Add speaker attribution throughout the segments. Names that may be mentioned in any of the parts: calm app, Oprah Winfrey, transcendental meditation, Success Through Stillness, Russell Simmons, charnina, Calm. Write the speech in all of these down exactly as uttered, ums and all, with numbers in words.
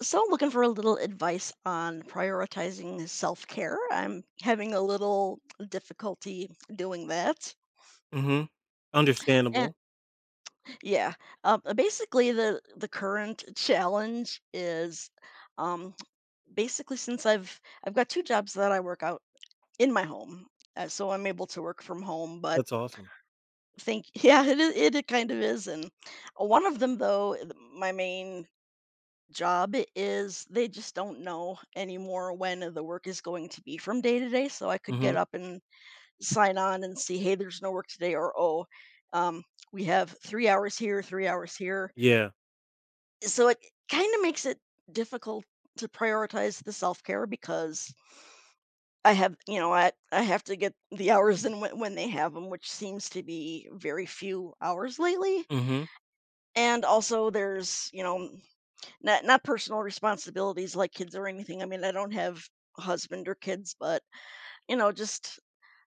Speaker 1: So I'm looking for a little advice on prioritizing self-care. I'm having a little difficulty doing that.
Speaker 2: Mhm.
Speaker 1: And
Speaker 2: Understandable.
Speaker 1: yeah, um, basically the the current challenge is, um, basically since I've I've got two jobs that I work out in my home, uh, so I'm able to work from home. But
Speaker 2: That's awesome.
Speaker 1: think yeah, it i- it, it kind of is. And one of them though, th- my main job is they just don't know anymore when the work is going to be from day to day. So I could get
Speaker 2: Mhm.
Speaker 1: up and sign on and see, hey, there's no work today, or oh, um, we have three hours here, three hours here.
Speaker 2: Yeah.
Speaker 1: So it kind of makes it difficult to prioritize the self care because I have, you know, I, I have to get the hours in when, when they have them, which seems to be very few hours lately.
Speaker 2: Mhm.
Speaker 1: And also, there's, you know, Not not personal responsibilities like kids or anything. I mean, I don't have a husband or kids, but, you know, just,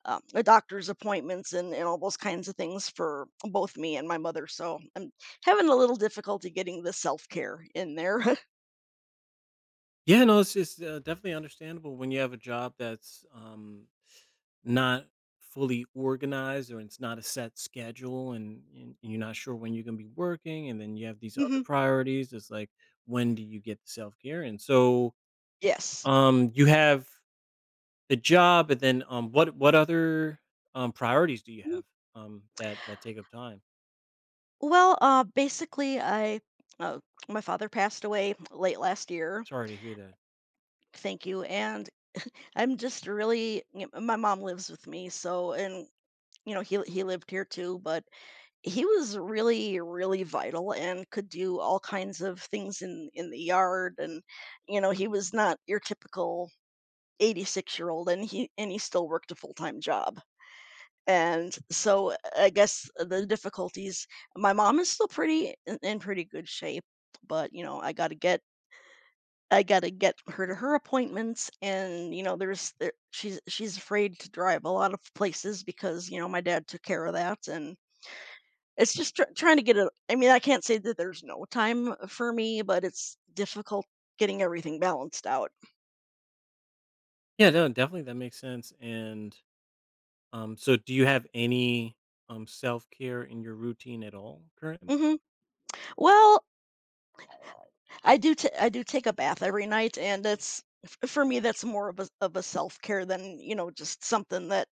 Speaker 1: um, the doctor's appointments and and all those kinds of things for both me and my mother, so I'm having a little difficulty getting the self-care in there.
Speaker 2: Yeah, no, it's it's, uh, definitely understandable when you have a job that's, um, not fully organized or it's not a set schedule and and you're not sure when you're gonna be working, and then you have these other
Speaker 1: Mhm.
Speaker 2: priorities. It's like, when do you get the self-care? And so,
Speaker 1: Yes.
Speaker 2: um, you have the job, and then, um, what what other, um, priorities do you
Speaker 1: Mhm.
Speaker 2: have, um, that that take up time?
Speaker 1: Well, uh, basically, I uh, my father passed away late last year.
Speaker 2: Sorry to hear that.
Speaker 1: Thank you, and I'm just really y my mom lives with me, so and, you know, he he lived here too, but he was really really vital and could do all kinds of things in in the yard. And you know he was not your typical eighty-six year old, and he and he still worked a full-time job. And so uh, I guess the difficulties, my mom is still pretty in, in pretty good shape, but you know i got to get I got to get her to her appointments. And you know there's there, she's she's afraid to drive a lot of places because you know my dad took care of that. And it's just tr trying to get it. I mean, I can't say that there's no time for me, but it's difficult getting everything balanced out.
Speaker 2: Yeah, no, definitely, that makes sense. And Um, so do you have any, um, self-care in your routine at all currently?
Speaker 1: Mhm. Well, I do ta I do take a bath every night, and it's f for me, that's more of a of a self-care than, you know, just something that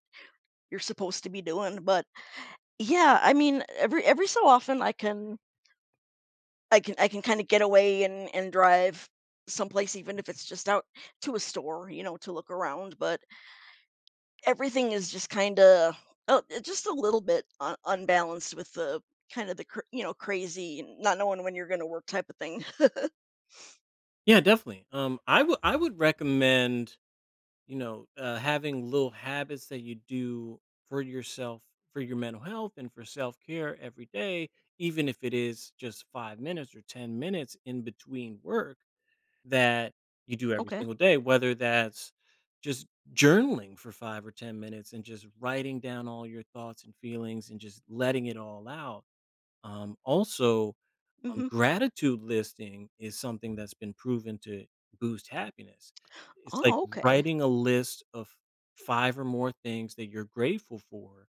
Speaker 1: you're supposed to be doing. But yeah, I mean, every every so often, I can I can I can kinda get away and and drive someplace, even if it's just out to a store, you know, to look around. But everything is just kind of, oh, uh, just a little bit un- unbalanced with the kind of the cr- you know crazy and not knowing when you're going to work type of thing.
Speaker 2: Yeah, definitely. Um, I would I would recommend, you know, uh, having little habits that you do for yourself, for your mental health and for self-care every day, even if it is just five minutes or ten minutes in between work that you do every
Speaker 1: Okay.
Speaker 2: single day, whether that's just journaling for five or ten minutes and just writing down all your thoughts and feelings and just letting it all out. Um, also, um,
Speaker 1: Hmm.
Speaker 2: gratitude listing is something that's been proven to boost happiness. It's like
Speaker 1: Oh, okay.
Speaker 2: writing a list of five or more things that you're grateful for,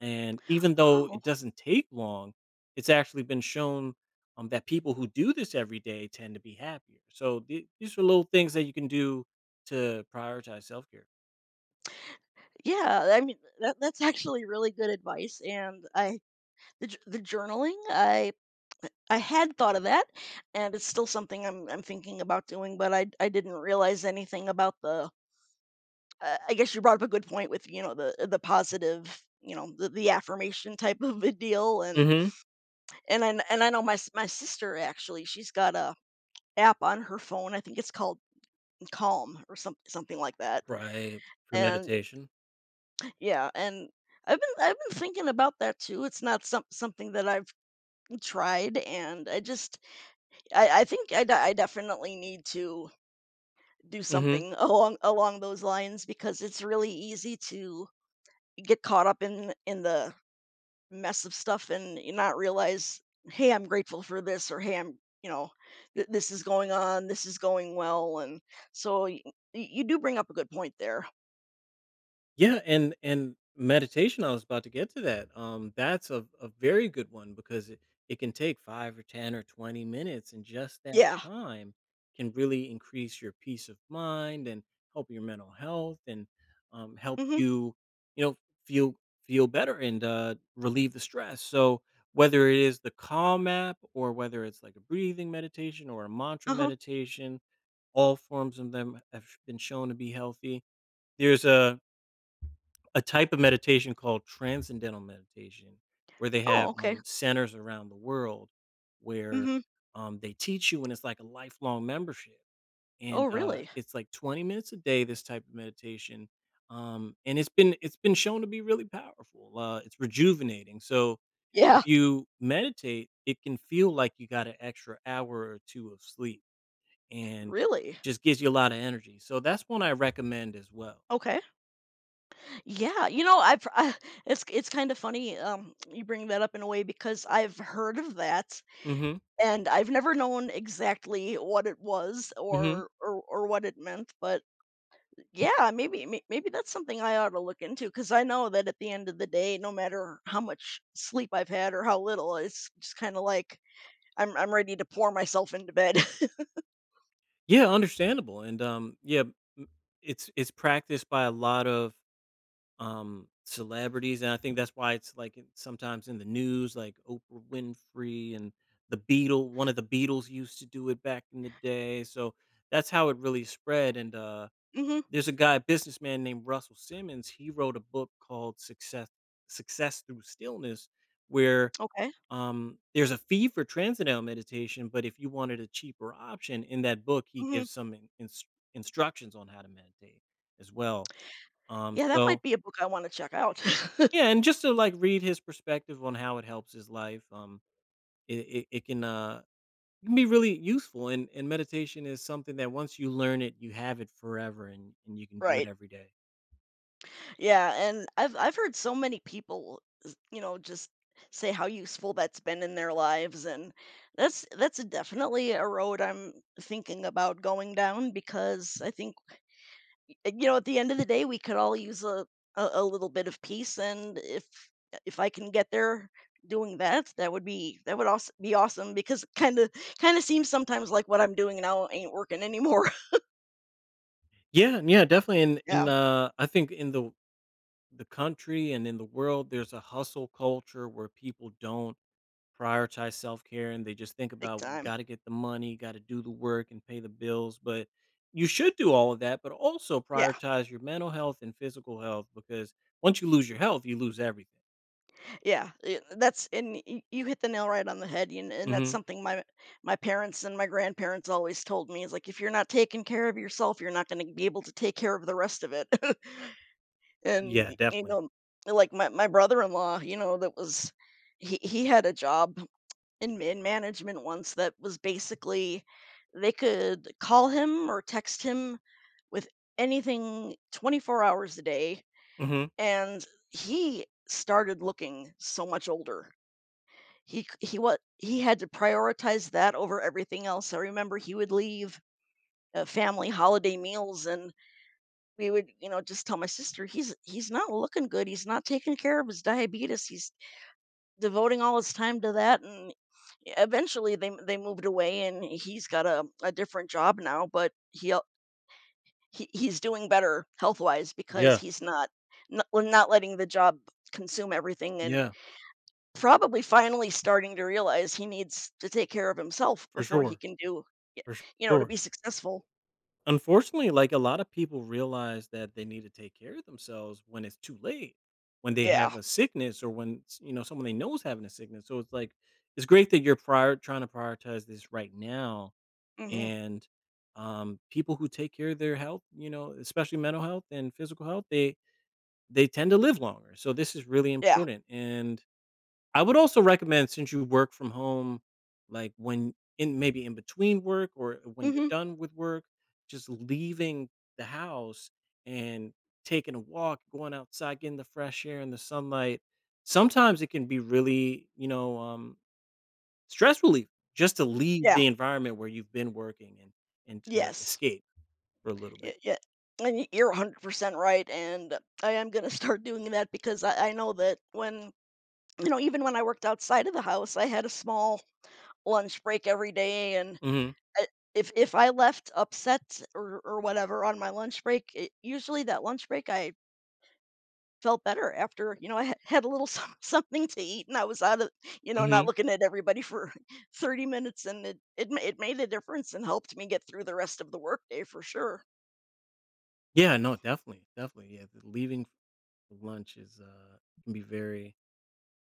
Speaker 2: and even though
Speaker 1: Oh,
Speaker 2: it doesn't take long, it's actually been shown, um, that people who do this every day tend to be happier. So, the these are little things that you can do to prioritize self-care.
Speaker 1: yeah. I mean, that, that's actually really good advice. And I the j- the journaling, I I had thought of that, and it's still something I'm I'm thinking about doing, but I I didn't realize anything about the. Uh, I guess you brought up a good point with you know the the positive, you know the, the affirmation type of a deal. and
Speaker 2: Mhm.
Speaker 1: And I kn and I know my s my sister actually, she's got a app on her phone, I think it's called Calm or something something like that,
Speaker 2: Right, for
Speaker 1: and
Speaker 2: meditation.
Speaker 1: yeah. And I've been I've been thinking about that too. It's not some something that I've tried, and I just I I think I de I definitely need to do
Speaker 2: Mhm.
Speaker 1: something along along those lines, because it's really easy to get caught up in in the mess of stuff and not realize, hey, I'm grateful for this, or hey, I'm, you know, th- this is going on, this is going well. And so y- y- you do bring up a good point there.
Speaker 2: Yeah, and and meditation, I was about to get to that. Um, that's a, a very good one because it, it can take five or ten or twenty minutes, and just that
Speaker 1: Yeah.
Speaker 2: time can really increase your peace of mind and help your mental health and um, help
Speaker 1: Mm-hmm.
Speaker 2: you, you know, feel feel better and uh, relieve the stress. So whether it is the Calm app or whether it's like a breathing meditation or a mantra
Speaker 1: Uh huh.
Speaker 2: meditation, all forms of them have been shown to be healthy. There's a a type of meditation called transcendental meditation, where they
Speaker 1: Oh,
Speaker 2: have,
Speaker 1: okay.
Speaker 2: um, centers around the world where,
Speaker 1: Mm-hmm.
Speaker 2: um, they teach you, and it's like a lifelong membership,
Speaker 1: Oh,
Speaker 2: and, uh,
Speaker 1: really?
Speaker 2: it's like twenty minutes a day, this type of meditation, um, and it's been it's been shown to be really powerful. Uh, it's rejuvenating, so
Speaker 1: Yeah.
Speaker 2: if you meditate, it can feel like you got an extra hour or two of sleep and
Speaker 1: Really?
Speaker 2: just gives you a lot of energy, so that's one I recommend as well.
Speaker 1: Okay. Yeah. You know, I've, I, it's, it's kind of funny. Um, you bring that up in a way because I've heard of that,
Speaker 2: Mhm,
Speaker 1: and I've never known exactly what it was,
Speaker 2: mhm.
Speaker 1: or, or, or what it meant. But yeah, maybe may- maybe that's something I ought to look into, because I know that at the end of the day, no matter how much sleep I've had or how little, it's just kind of like I'm I'm ready to pour myself into bed.
Speaker 2: Yeah, understandable, and, um, yeah, m it's it's practiced by a lot of, um, celebrities, and I think that's why it's, like, in sometimes in the news, like, Oprah Winfrey and the Beatle one of the Beatles used to do it back in the day, so that's how it really spread, and, uh,
Speaker 1: Hmm.
Speaker 2: there's a guy, businessman named Russell Simmons. He wrote a book called Success Success Through Stillness, where
Speaker 1: Okay.
Speaker 2: um, there's a fee for transcendental meditation, but if you wanted a cheaper option, in that book, he
Speaker 1: Hmm.
Speaker 2: gives some in, ins- instructions on how to meditate as well. Um,
Speaker 1: Yeah, that might
Speaker 2: so
Speaker 1: be a book I want to check out.
Speaker 2: yeah, and just to like read his perspective on how it helps his life, um, it, it, it can uh it can be really useful. And and meditation is something that once you learn it, you have it forever, and and you can do it
Speaker 1: Right.
Speaker 2: every day.
Speaker 1: Yeah, and I've I've heard so many people, s- you know, just say how useful that's been in their lives. And that's that's definitely a road I'm thinking about going down, because I think, and, you know, at the end of the day, we could all use a, a a little bit of peace. And if if I can get there doing that, that would be that would also be awesome, because kind of kind of seems sometimes like what I'm doing now ain't working anymore.
Speaker 2: Yeah, yeah, definitely. And
Speaker 1: Yeah,
Speaker 2: and uh, I think in the the country and in the world, there's a hustle culture where people don't prioritize self-care and they just think
Speaker 1: big
Speaker 2: about
Speaker 1: time.
Speaker 2: got to get the money, got to do the work and pay the bills. But you should do all of that, but also
Speaker 1: Yeah,
Speaker 2: prioritize your mental health and physical health, because once you lose your health, you lose everything.
Speaker 1: yeah, i- that's, and y- you hit the nail right on the head. and, and that's
Speaker 2: Hmm.
Speaker 1: something my my parents and my grandparents always told me, is like if you're not taking care of yourself, you're not going to be able to take care of the rest of it. And,
Speaker 2: Yeah,
Speaker 1: y you
Speaker 2: definitely.
Speaker 1: know, like, my my brother-in-law, you know, that was he he had a job in in management once that was basically they could call him or text him with anything twenty-four hours a day,
Speaker 2: Hmm.
Speaker 1: and he started looking so much older. He c he what He had to prioritize that over everything else. I remember he would leave, uh, family holiday meals, and we would, you know, just tell my sister, "He's he's not looking good, he's not taking care of his diabetes, he's devoting all his time to that," and eventually they they moved away and he's got a a different job now. But he al he he's doing better health-wise because
Speaker 2: Yeah,
Speaker 1: he's not, not well, not letting the job consume everything. And
Speaker 2: yeah,
Speaker 1: probably finally starting to realize he needs to take care of himself
Speaker 2: for
Speaker 1: before he
Speaker 2: sure,
Speaker 1: can do,
Speaker 2: for su-
Speaker 1: you know, to be
Speaker 2: sure.
Speaker 1: successful.
Speaker 2: Unfortunately, like a lot of people realize that they need to take care of themselves when it's too late, when they
Speaker 1: Yeah.
Speaker 2: have a sickness or when s- you know someone they know is having a sickness. So it's like it's great that you're prior trying to prioritize this right now,
Speaker 1: Mhm.
Speaker 2: and um, people who take care of their health, you know, especially mental health and physical health, they they tend to live longer. So this is really
Speaker 1: Yeah.
Speaker 2: important. And I would also recommend, since you work from home, like when in maybe in between work or when you're
Speaker 1: Mhm.
Speaker 2: done with work, just leaving the house and taking a walk, going outside, getting the fresh air and the sunlight. Sometimes it can be really, you know, um, stress relief, just to leave
Speaker 1: Yeah.
Speaker 2: the environment where you've been working and and to
Speaker 1: Yes.
Speaker 2: escape for a little bit.
Speaker 1: Y Yeah, and y you're one hundred percent right. And I am gonna start doing that, because I I know that when, you know, even when I worked outside of the house, I had a small lunch break every day. And
Speaker 2: Mhm,
Speaker 1: I, if if I left upset or or whatever on my lunch break, it usually that lunch break, I felt better after, you know, I ha had a little some something to eat, and I was out of, you know, not
Speaker 2: mhm.
Speaker 1: looking at everybody for thirty minutes. And it it ma it made a difference and helped me get through the rest of the workday for sure.
Speaker 2: Yeah, no, definitely, definitely, yeah, the leaving for lunch is, uh can be very,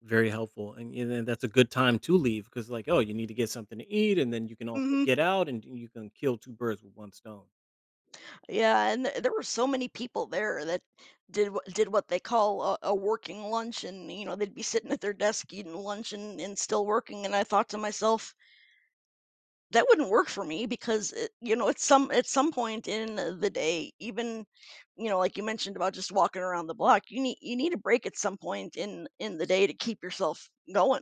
Speaker 2: very helpful, and and then that's a good time to leave because, like, oh, you need to get something to eat, and then you can also
Speaker 1: Mhm.
Speaker 2: get out, and you can kill two birds with one stone.
Speaker 1: Yeah, and th there were so many people there that did what did what they call a, a working lunch, and you know they'd be sitting at their desk eating lunch and, and still working. And I thought to myself, that wouldn't work for me because it, you know at some at some point in the day, even you know like you mentioned about just walking around the block, you need you need a break at some point in in the day to keep yourself going.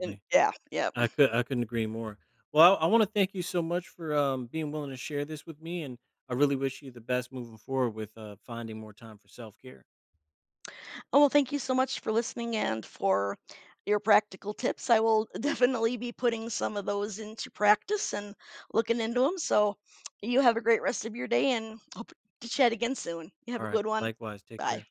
Speaker 1: And yeah, yeah.
Speaker 2: I could I couldn't agree more. Well, I wanna thank you so much for, um, being willing to share this with me, and I really wish you the best moving forward with, uh, finding more time for self-care.
Speaker 1: Oh, well, thank you so much for listening and for your practical tips. I will definitely be putting some of those into practice and looking into them. So you have a great rest of your day and hope to chat again soon. You have a
Speaker 2: Alright,
Speaker 1: good one.
Speaker 2: likewise, take
Speaker 1: Bye.
Speaker 2: care.